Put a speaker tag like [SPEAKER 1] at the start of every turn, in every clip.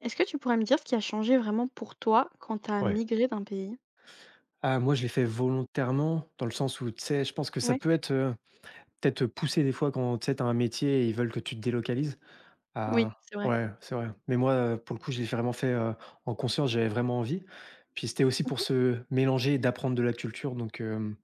[SPEAKER 1] Est-ce que tu pourrais me dire ce qui a changé vraiment pour toi quand tu as
[SPEAKER 2] Ouais.
[SPEAKER 1] migré d'un pays?
[SPEAKER 2] Ah, moi, je l'ai fait volontairement dans le sens où, tu sais, je pense que ça
[SPEAKER 1] Ouais.
[SPEAKER 2] peut être, peut-être poussé des fois quand, tu sais, tu un métier et ils veulent que tu te délocalises.
[SPEAKER 1] Oui,
[SPEAKER 2] Ah,
[SPEAKER 1] c'est vrai.
[SPEAKER 2] ouais, c'est vrai. Mais moi, pour le coup, je l'ai vraiment fait, en conscience, j'avais vraiment envie. Puis c'était aussi pour
[SPEAKER 1] Mmh.
[SPEAKER 2] se mélanger et d'apprendre de la culture, donc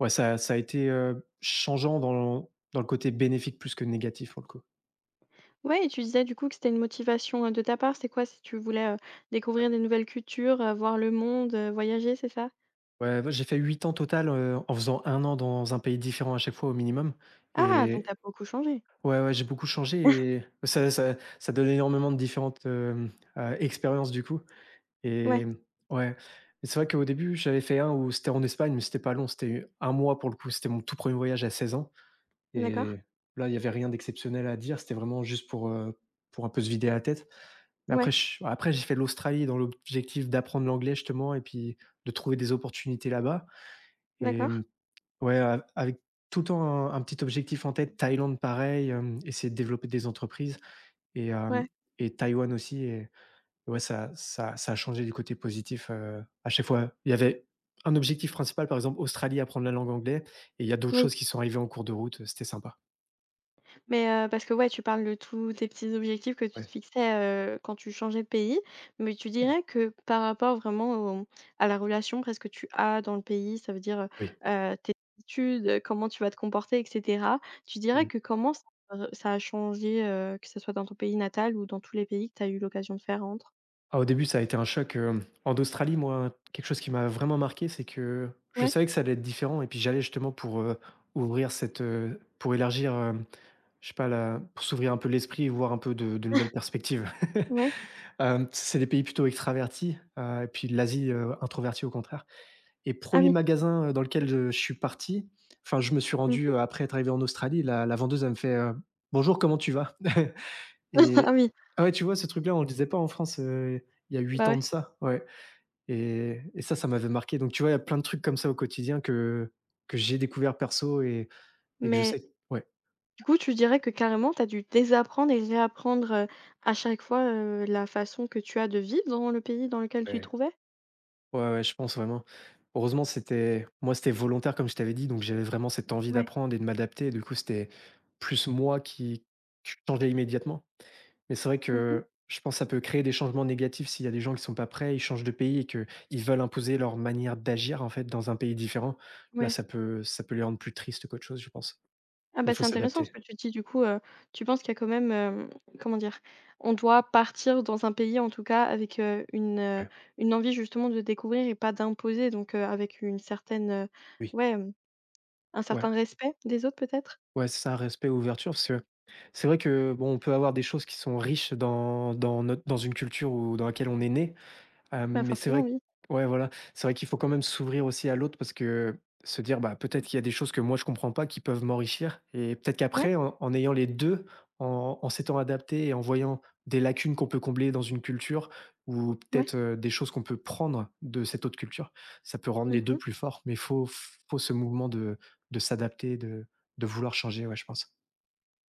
[SPEAKER 2] ouais, ça a été, changeant dans le côté bénéfique plus que négatif, pour le coup.
[SPEAKER 1] Ouais, et tu disais du coup que c'était une motivation, de ta part, c'est quoi? Si tu voulais, découvrir des nouvelles cultures, voir le monde, voyager, c'est ça?
[SPEAKER 2] Ouais, bah, j'ai fait 8 ans total, en faisant 1 an dans un pays différent à chaque fois au minimum.
[SPEAKER 1] Ah! Donc
[SPEAKER 2] et
[SPEAKER 1] t'as beaucoup changé.
[SPEAKER 2] Ouais, ouais, j'ai beaucoup changé, et ça donne énormément de différentes, expériences, du coup.
[SPEAKER 1] Ouais,
[SPEAKER 2] Et, mmh, ouais. Et c'est vrai qu'au début, j'avais fait un où c'était en Espagne, mais c'était pas long, c'était un mois pour le coup, c'était mon tout premier voyage à 16 ans,
[SPEAKER 1] d'accord.
[SPEAKER 2] et là, il y avait rien d'exceptionnel à dire, c'était vraiment juste pour un peu se vider la tête. Mais
[SPEAKER 1] Ouais,
[SPEAKER 2] après j'ai fait l'Australie dans l'objectif d'apprendre l'anglais justement, et puis de trouver des opportunités là-bas. Mmh.
[SPEAKER 1] d'accord.
[SPEAKER 2] Ouais, a avec tout le temps un petit objectif en tête. Thaïlande, pareil, essayer de développer des entreprises et hem
[SPEAKER 1] Ouais.
[SPEAKER 2] et Taïwan aussi. Et ouais, ça a changé du côté positif, à chaque fois. Il y avait un objectif principal, par exemple, Australie, apprendre la langue anglaise. Et il y a d'autres
[SPEAKER 1] Oui.
[SPEAKER 2] choses qui sont arrivées en cours de route, c'était sympa.
[SPEAKER 1] Mais parce que ouais, tu parles de tous tes petits objectifs que tu te
[SPEAKER 2] Ouais.
[SPEAKER 1] fixais, quand tu changeais de pays. Mais tu
[SPEAKER 2] Mmh.
[SPEAKER 1] dirais que par rapport vraiment au à la relation presque que tu as dans le pays, ça veut dire,
[SPEAKER 2] Oui.
[SPEAKER 1] tes habitudes, comment tu vas te comporter et cetera. Tu dirais que
[SPEAKER 2] Mmh.
[SPEAKER 1] comment ça re ça a changé, que ce soit dans ton pays natal ou dans tous les pays que tu as eu l'occasion de faire entre?
[SPEAKER 2] Ah, au début, ça a été un choc, en Australie. Moi, quelque chose qui m'a vraiment marqué, c'est que je
[SPEAKER 1] Ouais,
[SPEAKER 2] savais que ça allait être différent, et puis j'allais justement pour, ouvrir cette, pour élargir. Je sais pas, la pour s'ouvrir un peu l'esprit et voir un peu de nouvelles perspectives.
[SPEAKER 1] ouais.
[SPEAKER 2] C'est des pays plutôt extravertis, et puis l'Asie, introvertie au contraire. Et
[SPEAKER 1] Ah
[SPEAKER 2] premier
[SPEAKER 1] oui.
[SPEAKER 2] magasin, dans lequel je suis parti, enfin, je me suis
[SPEAKER 1] Mmh.
[SPEAKER 2] rendu, après être arrivé en Australie, la vendeuse, elle me fait, «Bonjour, comment tu vas?»
[SPEAKER 1] Ah
[SPEAKER 2] Et
[SPEAKER 1] oui,
[SPEAKER 2] ah ouais, tu vois, ce truc-là, on le disait pas en France, il y a huit
[SPEAKER 1] bah,
[SPEAKER 2] ans
[SPEAKER 1] ouais.
[SPEAKER 2] de ça, ouais. Et ça, ça m'avait marqué, donc tu vois, il y a plein de trucs comme ça au quotidien que j'ai découvert perso, et que je
[SPEAKER 1] Mais
[SPEAKER 2] sais. Ouais,
[SPEAKER 1] Du coup, tu dirais que carrément, tu as dû désapprendre et réapprendre, à chaque fois, la façon que tu as de vivre dans le pays dans lequel tu te
[SPEAKER 2] ouais.
[SPEAKER 1] trouvais?
[SPEAKER 2] Ouais, ouais, je pense vraiment. Heureusement, c'était moi, c'était volontaire comme je t'avais dit, donc j'avais vraiment cette envie
[SPEAKER 1] Ouais.
[SPEAKER 2] d'apprendre et de m'adapter. Et du coup, c'était plus moi qui changeais immédiatement. Mais c'est vrai
[SPEAKER 1] Mmh.
[SPEAKER 2] que je pense que ça peut créer des changements négatifs s'il y a des gens qui sont pas prêts, ils changent de pays et que ils veulent imposer leur manière d'agir, en fait, dans un pays différent. Là,
[SPEAKER 1] Ouais.
[SPEAKER 2] ça peut les rendre plus tristes qu'autre chose, je pense.
[SPEAKER 1] Ah
[SPEAKER 2] Mais
[SPEAKER 1] bah,
[SPEAKER 2] il faut
[SPEAKER 1] c'est intéressant ce
[SPEAKER 2] s'adapter.
[SPEAKER 1] que tu dis du coup, tu penses qu'il y a quand même, comment dire? On doit partir dans un pays en tout cas avec,
[SPEAKER 2] Ouais,
[SPEAKER 1] une envie justement de découvrir et pas d'imposer donc, avec une certaine,
[SPEAKER 2] oui,
[SPEAKER 1] ouais, hem, un
[SPEAKER 2] ouais,
[SPEAKER 1] certain respect des autres peut-être?
[SPEAKER 2] ouais, c'est ça, respect, ouverture, parce que c'est vrai que bon, on peut avoir des choses qui sont riches dans dans notre dans une culture ou dans laquelle on est né. Heu,
[SPEAKER 1] Bah,
[SPEAKER 2] mais c'est vrai
[SPEAKER 1] forcément oui.
[SPEAKER 2] ouais, voilà, c'est vrai qu'il faut quand même s'ouvrir aussi à l'autre, parce que se dire: «Bah, peut-être qu'il y a des choses que moi je comprends pas qui peuvent m'enrichir», et peut-être
[SPEAKER 1] Ouais,
[SPEAKER 2] qu'après, en ayant les 2, en s'étant adapté et en voyant des lacunes qu'on peut combler dans une culture, ou
[SPEAKER 1] ouais.
[SPEAKER 2] peut-être, des choses qu'on peut prendre de cette autre culture, ça peut rendre les 2
[SPEAKER 1] Mmh.
[SPEAKER 2] plus forts. Mais faut ce mouvement de s'adapter, de vouloir changer, ouais, je pense.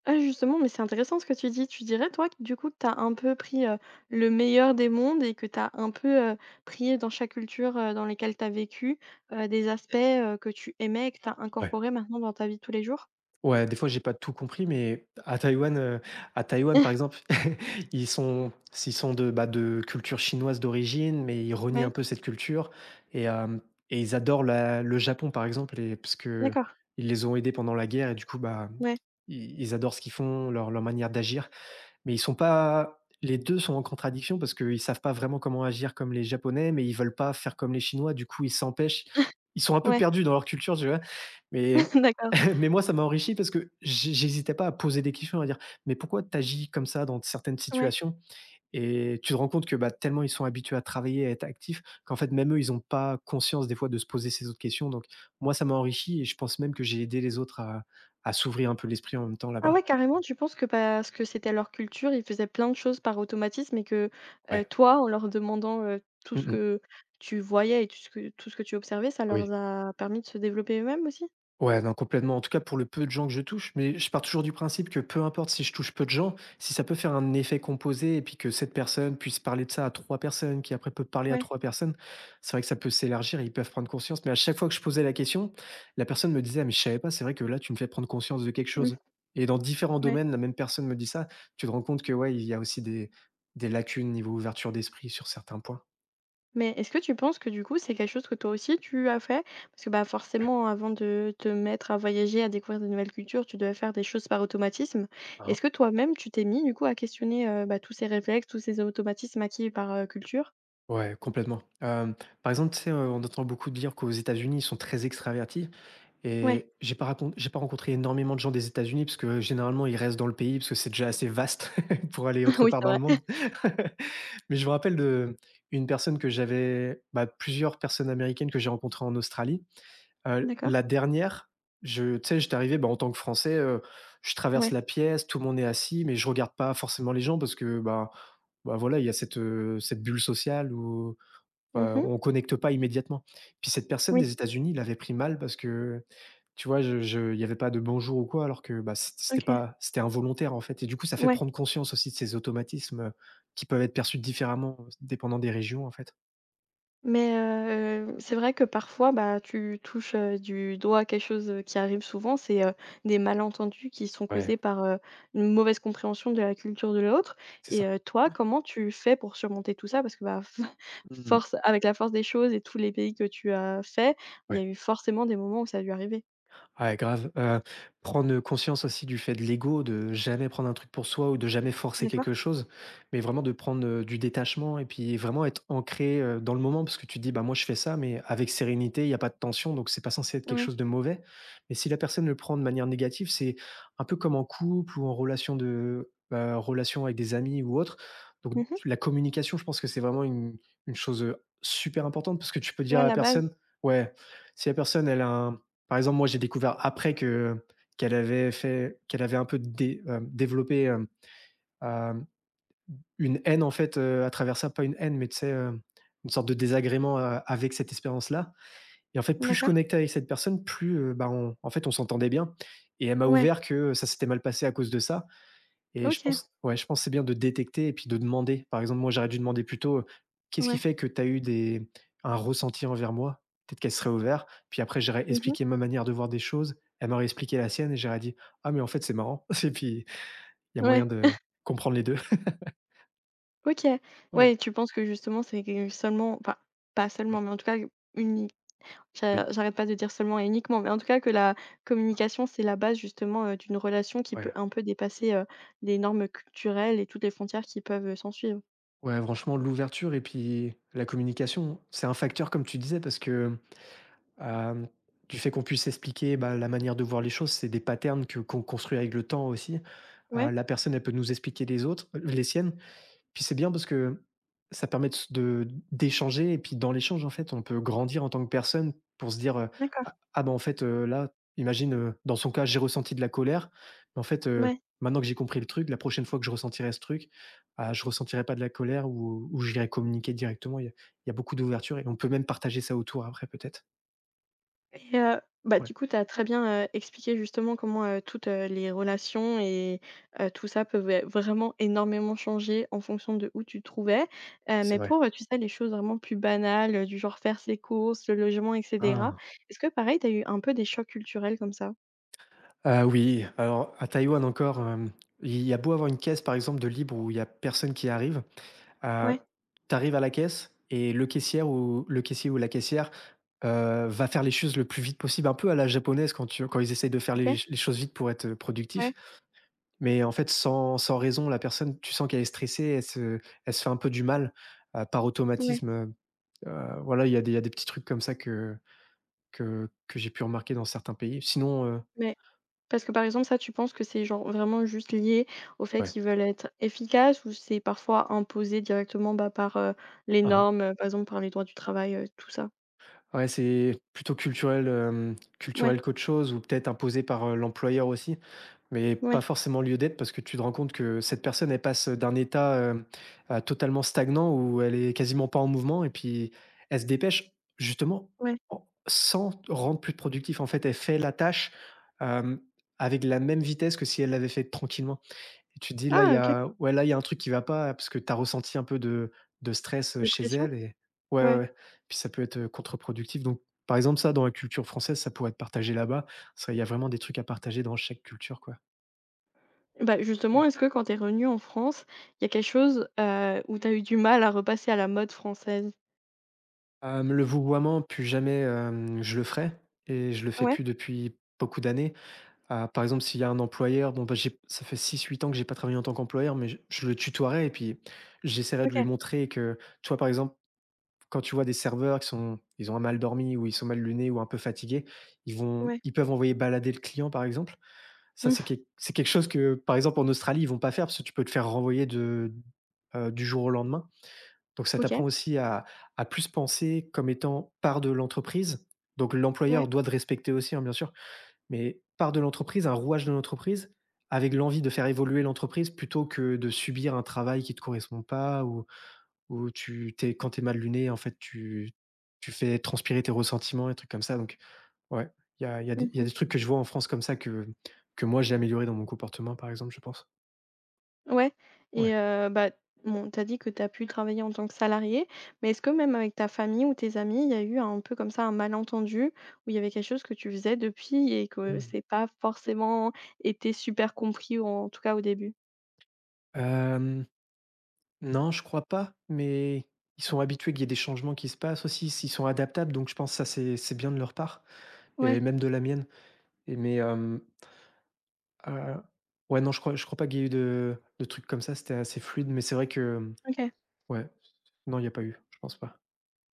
[SPEAKER 1] Ah justement, mais c'est intéressant ce que tu dis. Tu dirais toi que du coup, tu as un peu pris, le meilleur des mondes et que tu as un peu, pris dans chaque culture, dans lesquelles tu as vécu, des aspects, que tu aimais et que tu as
[SPEAKER 2] Ouais.
[SPEAKER 1] incorporés maintenant dans ta vie de tous les jours?
[SPEAKER 2] Ouais, des fois, j'ai pas tout compris, mais à Taïwan, par exemple, ils sont de, bah, de culture chinoise d'origine, mais ils renient un
[SPEAKER 1] Ouais,
[SPEAKER 2] peu cette culture. Et hem et ils adorent la le Japon, par exemple, et parce que
[SPEAKER 1] d'accord,
[SPEAKER 2] ils les ont aidés pendant la guerre. Et du coup, bah,
[SPEAKER 1] ouais,
[SPEAKER 2] ils adorent ce qu'ils font, leur manière d'agir. Mais ils sont pas les 2 sont en contradiction, parce qu'ils savent pas vraiment comment agir comme les Japonais, mais ils veulent pas faire comme les Chinois. Du coup, ils s'empêchent. Ils sont un peu
[SPEAKER 1] ouais,
[SPEAKER 2] perdus dans leur culture, tu vois? Mais
[SPEAKER 1] d'accord,
[SPEAKER 2] mais moi, ça m'a enrichi parce que j'hésitais pas à poser des questions, à dire: «Mais pourquoi tu agis comme ça dans certaines
[SPEAKER 1] ouais.
[SPEAKER 2] situations?» Et tu te rends compte que, bah, tellement ils sont habitués à travailler, à être actifs, qu'en fait, même eux, ils ont pas conscience des fois de se poser ces autres questions. Donc moi, ça m'a enrichi, et je pense même que j'ai aidé les autres à s'ouvrir un peu l'esprit en même temps
[SPEAKER 1] Ah ouais,
[SPEAKER 2] là-bas.
[SPEAKER 1] carrément, tu penses que parce que c'était leur culture, ils faisaient plein de choses par automatisme et que,
[SPEAKER 2] Ouais.
[SPEAKER 1] toi, en leur demandant, tout ce
[SPEAKER 2] Mmh,
[SPEAKER 1] que tu voyais et tout ce que tu observais, ça
[SPEAKER 2] mh.
[SPEAKER 1] leur a permis de se développer eux-mêmes aussi?
[SPEAKER 2] Ouais, non, complètement. En tout cas, pour le peu de gens que je touche, mais je pars toujours du principe que peu importe si je touche peu de gens, si ça peut faire un effet composé et puis que cette personne puisse parler de ça à trois personnes, qui après peut parler à
[SPEAKER 1] Ouais,
[SPEAKER 2] trois personnes, c'est vrai que ça peut s'élargir et ils peuvent prendre conscience. Mais à chaque fois que je posais la question, la personne me disait, ah, mais je savais pas, c'est vrai que là, tu me fais prendre conscience de quelque
[SPEAKER 1] mmh,
[SPEAKER 2] chose. Et dans différents
[SPEAKER 1] ouais.
[SPEAKER 2] domaines, la même personne me dit ça, tu te rends compte que ouais, il y a aussi des lacunes niveau ouverture d'esprit sur certains points.
[SPEAKER 1] Mais est-ce que tu penses que du coup, c'est quelque chose que toi aussi tu as fait? Parce que bah
[SPEAKER 2] Ouais.
[SPEAKER 1] forcément, avant de te mettre à voyager, à découvrir de nouvelles cultures, tu devais faire des choses par automatisme.
[SPEAKER 2] Hein.
[SPEAKER 1] Est-ce que toi-même, tu t'es mis du coup à questionner bah, tous ces réflexes, tous ces automatismes acquis par culture?
[SPEAKER 2] Ouais, complètement. Par exemple, tu sais, on entend beaucoup dire qu'aux États-Unis, ils sont très extravertis.
[SPEAKER 1] Ouais,
[SPEAKER 2] Et j'ai pas rencontré énormément de gens des États-Unis parce que généralement, ils restent dans le pays parce que c'est déjà assez vaste pour aller autre
[SPEAKER 1] oui,
[SPEAKER 2] part
[SPEAKER 1] c'est
[SPEAKER 2] dans le
[SPEAKER 1] vrai.
[SPEAKER 2] monde. Mais je me rappelle de une personne que j'avais bah, plusieurs personnes américaines que j'ai rencontrées en Australie.
[SPEAKER 1] D'accord.
[SPEAKER 2] La dernière, je tu sais, j'étais arrivé, bah, en tant que Français, je traverse
[SPEAKER 1] Ouais.
[SPEAKER 2] la pièce, tout le monde est assis, mais je regarde pas forcément les gens parce que, bah, voilà, il y a cette, cette bulle sociale où, heu,
[SPEAKER 1] Mhm.
[SPEAKER 2] on connecte pas immédiatement. Puis cette personne
[SPEAKER 1] Oui,
[SPEAKER 2] des États-Unis l'avait pris mal parce que, tu vois, je il y avait pas de bonjour ou quoi, alors que, bah, c'ét c'était
[SPEAKER 1] ok.
[SPEAKER 2] pas c'était involontaire, en fait. Et du coup, ça fait
[SPEAKER 1] Ouais.
[SPEAKER 2] prendre conscience aussi de ces automatismes, qui peuvent être perçus différemment, dépendant des régions, en fait.
[SPEAKER 1] Mais c'est vrai que parfois, bah, tu touches, du doigt quelque chose, qui arrive souvent, c'est, des malentendus qui sont
[SPEAKER 2] Ouais,
[SPEAKER 1] causés par, une mauvaise compréhension de la culture de l'autre
[SPEAKER 2] c'est
[SPEAKER 1] et
[SPEAKER 2] ça.
[SPEAKER 1] toi, comment tu fais pour surmonter tout ça? Parce que, bah,
[SPEAKER 2] Mmh.
[SPEAKER 1] force avec la force des choses et tous les pays que tu as fait, il y a eu forcément des moments où ça a dû arriver.
[SPEAKER 2] Ouais, grave. Prendre conscience aussi du fait de l'ego, de jamais prendre un truc pour soi ou de jamais forcer
[SPEAKER 1] D'accord.
[SPEAKER 2] quelque chose, mais vraiment de prendre, du détachement, et puis vraiment être ancré, dans le moment, parce que tu te dis: «Bah, moi, je fais ça, mais avec sérénité, il y a pas de tension, donc c'est pas censé être quelque
[SPEAKER 1] Ouais.
[SPEAKER 2] chose de mauvais». Mais si la personne le prend de manière négative, c'est un peu comme en couple ou en relation, de, relation avec des amis ou autre. Donc
[SPEAKER 1] Mmh.
[SPEAKER 2] la communication, je pense que c'est vraiment une chose, super importante, parce que tu peux dire
[SPEAKER 1] Ouais,
[SPEAKER 2] à la
[SPEAKER 1] la base.
[SPEAKER 2] personne. Ouais, si la personne elle a un par exemple, moi, j'ai découvert après que qu'elle avait fait qu'elle avait un peu développé, hem, une haine, en fait, à travers ça. Pas une haine, mais tu sais, une sorte de désagrément, avec cette expérience-là. Et en fait, plus je
[SPEAKER 1] D'accord.
[SPEAKER 2] connectais avec cette personne, plus, bah, on en fait, on s'entendait bien. Et elle m'a
[SPEAKER 1] Ouais.
[SPEAKER 2] ouvert que ça s'était mal passé à cause de ça. Et je
[SPEAKER 1] OK.
[SPEAKER 2] pense ouais, je pense que c'est bien de détecter et puis de demander. Par exemple, moi, j'aurais dû demander plutôt, «Qu'est-ce qui
[SPEAKER 1] Ouais.
[SPEAKER 2] fait que tu as eu des un ressenti envers moi?» Peut-être qu'elle serait ouverte. Puis après, j'aurais
[SPEAKER 1] Mmh.
[SPEAKER 2] expliqué ma manière de voir des choses, elle m'aurait expliqué la sienne et j'aurais dit: «Ah, mais en fait, c'est marrant» et puis il y a
[SPEAKER 1] Ouais.
[SPEAKER 2] moyen de comprendre les deux.
[SPEAKER 1] OK.
[SPEAKER 2] Ouais.
[SPEAKER 1] Ouais, tu penses que justement, c'est que seulement enfin, pas seulement,
[SPEAKER 2] Oui,
[SPEAKER 1] mais en tout cas, une
[SPEAKER 2] oui.
[SPEAKER 1] J'arrête pas de dire seulement et uniquement, mais en tout cas que la communication, c'est la base justement, d'une relation qui peut
[SPEAKER 2] Ouais.
[SPEAKER 1] un peu dépasser, les normes culturelles et toutes les frontières qui peuvent, s'ensuivre.
[SPEAKER 2] Ouais, franchement, l'ouverture et puis la communication, c'est un facteur comme tu disais, parce que Hem, du fait qu'on puisse expliquer, bah, la manière de voir les choses, c'est des patterns que qu'on construit avec le temps aussi.
[SPEAKER 1] Ouais.
[SPEAKER 2] La personne, elle peut nous expliquer les siennes. Puis c'est bien parce que ça permet de s de d'échanger et puis dans l'échange, en fait, on peut grandir en tant que personne pour se dire:
[SPEAKER 1] D'accord.
[SPEAKER 2] Ah bah là» imagine, dans son cas, j'ai ressenti de la colère, mais en fait,
[SPEAKER 1] Ouais
[SPEAKER 2] maintenant que j'ai compris le truc, la prochaine fois que je ressentirai ce truc, ah, je ressentirai pas de la colère ou j'irai communiquer directement. Il y a beaucoup d'ouverture et on peut même partager ça autour après peut-être.
[SPEAKER 1] et
[SPEAKER 2] Ouais.
[SPEAKER 1] du coup, tu as très bien, expliqué justement comment, les relations et tout ça peuvent, vraiment énormément changer en fonction de où tu te trouvais.
[SPEAKER 2] C'est
[SPEAKER 1] Mais
[SPEAKER 2] vrai.
[SPEAKER 1] pour, tu sais, les choses vraiment plus banales, du genre faire ses courses, le logement et cetera,
[SPEAKER 2] Ah!
[SPEAKER 1] est-ce que pareil, tu as eu un peu des chocs culturels comme ça?
[SPEAKER 2] Ah oui, alors à Taïwan encore, il y a beau avoir une caisse par exemple de libre où il y a personne qui arrive, heu,
[SPEAKER 1] Ouais.
[SPEAKER 2] tu arrives à la caisse et le caissière ou le caissier ou la caissière, va faire les choses le plus vite possible, un peu à la japonaise quand ils essayent de faire les
[SPEAKER 1] OK.
[SPEAKER 2] les choses vite pour être productif.
[SPEAKER 1] Ouais.
[SPEAKER 2] Mais en fait sans raison, la personne, tu sens qu'elle est stressée, elle se fait un peu du mal, heu, par
[SPEAKER 1] Ouais,
[SPEAKER 2] automatisme, heu voilà, il y a des petits trucs comme ça que j'ai pu remarquer dans certains pays. Sinon,
[SPEAKER 1] mais parce que, par exemple, ça, tu penses que c'est genre vraiment juste lié au fait
[SPEAKER 2] ouais.
[SPEAKER 1] qu'ils veulent être efficaces ou c'est parfois imposé directement, bah, par, les
[SPEAKER 2] Mmh.
[SPEAKER 1] normes, par exemple par les droits du travail, tout ça?
[SPEAKER 2] Ouais, c'est plutôt culturel,
[SPEAKER 1] Ouais,
[SPEAKER 2] culturel qu'autre chose ou peut-être imposé par, l'employeur aussi, mais pas
[SPEAKER 1] ouais,
[SPEAKER 2] forcément lieu d'être parce que tu te rends compte que cette personne, elle passe d'un état, totalement stagnant où elle est quasiment pas en mouvement et puis elle se dépêche justement
[SPEAKER 1] ouais.
[SPEAKER 2] en sans rendre plus productif. En fait, elle fait la tâche, hem, avec la même vitesse que si elle l'avait fait tranquillement. Et tu te dis : « Là, il
[SPEAKER 1] Ah
[SPEAKER 2] y
[SPEAKER 1] OK,
[SPEAKER 2] a ouais, là, il y a un truc qui va pas », parce que tu as ressenti un peu de stress,
[SPEAKER 1] de
[SPEAKER 2] chez
[SPEAKER 1] pression?
[SPEAKER 2] elle et ouais, ouais,
[SPEAKER 1] Ouais.
[SPEAKER 2] ouais. Puis ça peut être, contre-productif donc par exemple, ça, dans la culture française, ça pourrait être partagé là-bas. Ça, il y a vraiment des trucs à partager dans chaque culture, quoi.
[SPEAKER 1] Bah, justement,
[SPEAKER 2] Ouais.
[SPEAKER 1] est-ce que quand t'es es revenue en France, il y a quelque chose, où t'as eu du mal à repasser à la mode française?
[SPEAKER 2] Le vouvoiement, plus jamais, je le ferai et je le fais
[SPEAKER 1] Ouais,
[SPEAKER 2] plus depuis beaucoup d'années. Ah, par exemple, s'il y a un employeur, bon, bah, j'ai ça fait six huit ans que j'ai pas travaillé en tant qu'employeur, mais je le tutoierai et puis j'essaierai de lui
[SPEAKER 1] OK,
[SPEAKER 2] montrer que tu vois, par exemple quand tu vois des serveurs qui sont ils ont un mal dormi ou ils sont mal lunés ou un peu fatigués,
[SPEAKER 1] ouais.
[SPEAKER 2] ils peuvent envoyer balader le client, par exemple. Ça, c'est quelque chose que, par exemple, en Australie, ils vont pas faire parce que tu peux te faire renvoyer de, du jour au lendemain. Donc ça
[SPEAKER 1] OK,
[SPEAKER 2] t'apprend aussi à plus penser comme étant part de l'entreprise. Donc
[SPEAKER 1] ouais.
[SPEAKER 2] l'employeur doit te respecter aussi, hein, bien sûr, mais part de l'entreprise, un rouage de l'entreprise, avec l'envie de faire évoluer l'entreprise plutôt que de subir un travail qui te correspond pas ou où tu t'es quand t'es mal luné, en fait, tu fais transpirer tes ressentiments et trucs comme ça, donc ouais, il y a des il y a
[SPEAKER 1] Mmh.
[SPEAKER 2] des trucs que je vois en France comme ça que moi j'ai amélioré dans mon comportement, par exemple, je pense.
[SPEAKER 1] Ouais et
[SPEAKER 2] Ouais.
[SPEAKER 1] bon, tu dit que t'as pu travailler en tant que salarié, mais est-ce que même avec ta famille ou tes amis, il y a eu un peu comme ça un malentendu, où il y avait quelque chose que tu faisais depuis et que
[SPEAKER 2] Mmh.
[SPEAKER 1] c'est pas forcément été super compris ou en tout cas au début?
[SPEAKER 2] Hem, non, je crois pas, mais ils sont habitués qu'il y ait des changements qui se passent aussi, ils sont adaptables, donc je pense que ça c'est bien de leur part et
[SPEAKER 1] Ouais,
[SPEAKER 2] même de la mienne et heu, ouais, non, je crois pas qu'il y ait eu de trucs comme ça, c'était assez fluide, mais c'est vrai que,
[SPEAKER 1] OK.
[SPEAKER 2] ouais, non, il y a pas eu, je pense pas.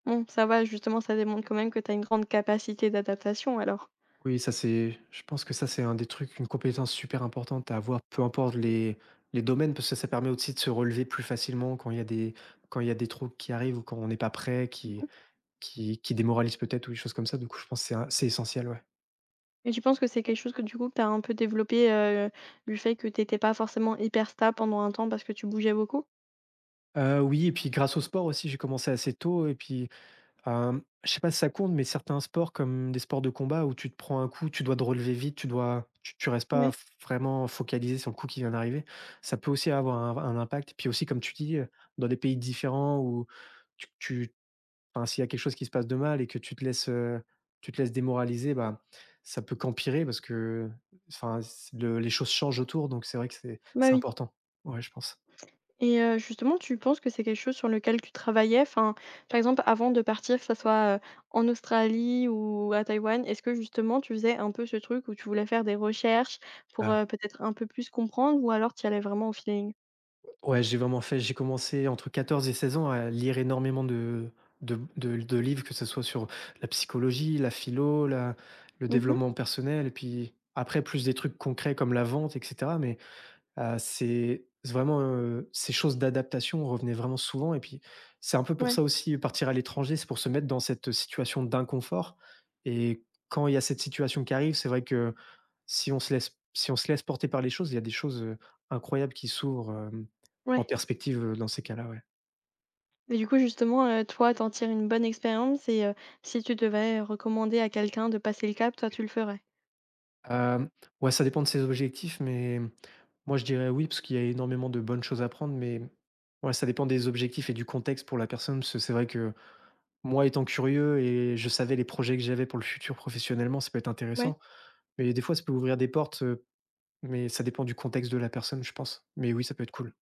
[SPEAKER 1] Bon, ça va, justement, ça démontre quand même que t'as une grande capacité d'adaptation alors.
[SPEAKER 2] Oui, ça c'est je pense que ça c'est un des trucs, une compétence super importante à avoir, peu importe les domaines, parce que ça permet aussi de se relever plus facilement quand il y a des trous qui arrivent ou quand on n'est pas prêt, qui démoralisent peut-être ou des choses comme ça. Du coup, je pense que c'est essentiel, ouais.
[SPEAKER 1] Et tu penses que c'est quelque chose que du coup, que tu un peu développé, du fait que t'étais pas forcément hyper stable pendant un temps parce que tu bougeais beaucoup?
[SPEAKER 2] Oui et puis grâce au sport aussi, j'ai commencé assez tôt et puis je sais pas si ça compte, mais certains sports comme des sports de combat où tu te prends un coup, tu dois te relever vite, tu dois tu tu restes
[SPEAKER 1] Ouais,
[SPEAKER 2] pas f vraiment focalisé sur le coup qui vient d'arriver. Ça peut aussi avoir un impact. Puis aussi, comme tu dis, dans des pays différents où tu tu enfin, s'il y a quelque chose qui se passe de mal et que tu te laisses démoraliser, bah, ça peut qu'empirer parce que, enfin, c le les choses changent autour, donc c'est vrai que c'est
[SPEAKER 1] bah,
[SPEAKER 2] c'est
[SPEAKER 1] oui.
[SPEAKER 2] important. Ouais, je pense.
[SPEAKER 1] Et justement, tu penses que c'est quelque chose sur lequel tu travaillais? Enfin, par exemple, avant de partir, que ça soit, en Australie ou à Taïwan, est-ce que justement tu faisais un peu ce truc où tu voulais faire des recherches pour, peut-être un peu plus comprendre ou alors tu y allais vraiment au feeling?
[SPEAKER 2] Ouais, j'ai vraiment fait j'ai commencé entre 14 et 16 ans à lire énormément de livres, que ce soit sur la psychologie, la philo, la le
[SPEAKER 1] Mmh.
[SPEAKER 2] développement personnel et puis après plus des trucs concrets comme la vente et cetera mais c'est vraiment, ces choses d'adaptation revenaient vraiment souvent et puis c'est un peu pour
[SPEAKER 1] Ouais,
[SPEAKER 2] ça aussi, partir à l'étranger, c'est pour se mettre dans cette situation d'inconfort et quand il y a cette situation qui arrive, c'est vrai que si on se laisse porter par les choses, il y a des choses, incroyables qui s'ouvrent, en
[SPEAKER 1] ouais.
[SPEAKER 2] perspective, dans ces cas-là, ouais.
[SPEAKER 1] Et du coup, justement, toi, t'en tires une bonne expérience et si tu devais recommander à quelqu'un de passer le cap, toi, tu
[SPEAKER 2] Oui.
[SPEAKER 1] le ferais?
[SPEAKER 2] Hem, ouais, ça dépend de ses objectifs, mais moi, je dirais oui, parce qu'il y a énormément de bonnes choses à prendre, mais ouais, ça dépend des objectifs et du contexte pour la personne, parce que c'est vrai que moi étant curieux et je savais les projets que j'avais pour le futur professionnellement, ça peut être
[SPEAKER 1] Ouais.
[SPEAKER 2] intéressant. Mais des fois, ça peut ouvrir des portes, mais ça dépend du contexte de la personne, je pense. Mais oui, ça peut être cool.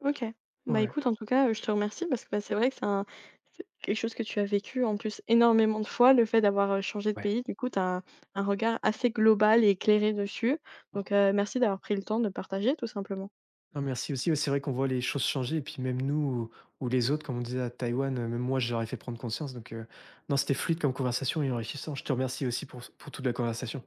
[SPEAKER 1] OK. Bah,
[SPEAKER 2] Ouais,
[SPEAKER 1] écoute, en tout cas, je te remercie parce que, bah, c'est vrai que c'est un c'est quelque chose que tu as vécu en plus énormément de fois. Le fait d'avoir, changé de
[SPEAKER 2] ouais.
[SPEAKER 1] pays, du coup, tu as un regard assez global et éclairé dessus.
[SPEAKER 2] Non,
[SPEAKER 1] Donc, merci d'avoir pris le temps de partager tout simplement.
[SPEAKER 2] non merci aussi, ouais, c'est vrai qu'on voit les choses changer et puis même nous ou les autres, comme on disait à Taïwan, même moi, je leur fait prendre conscience donc non, c'était fluide comme conversation et enrichissant. Je te remercie aussi pour toute la conversation.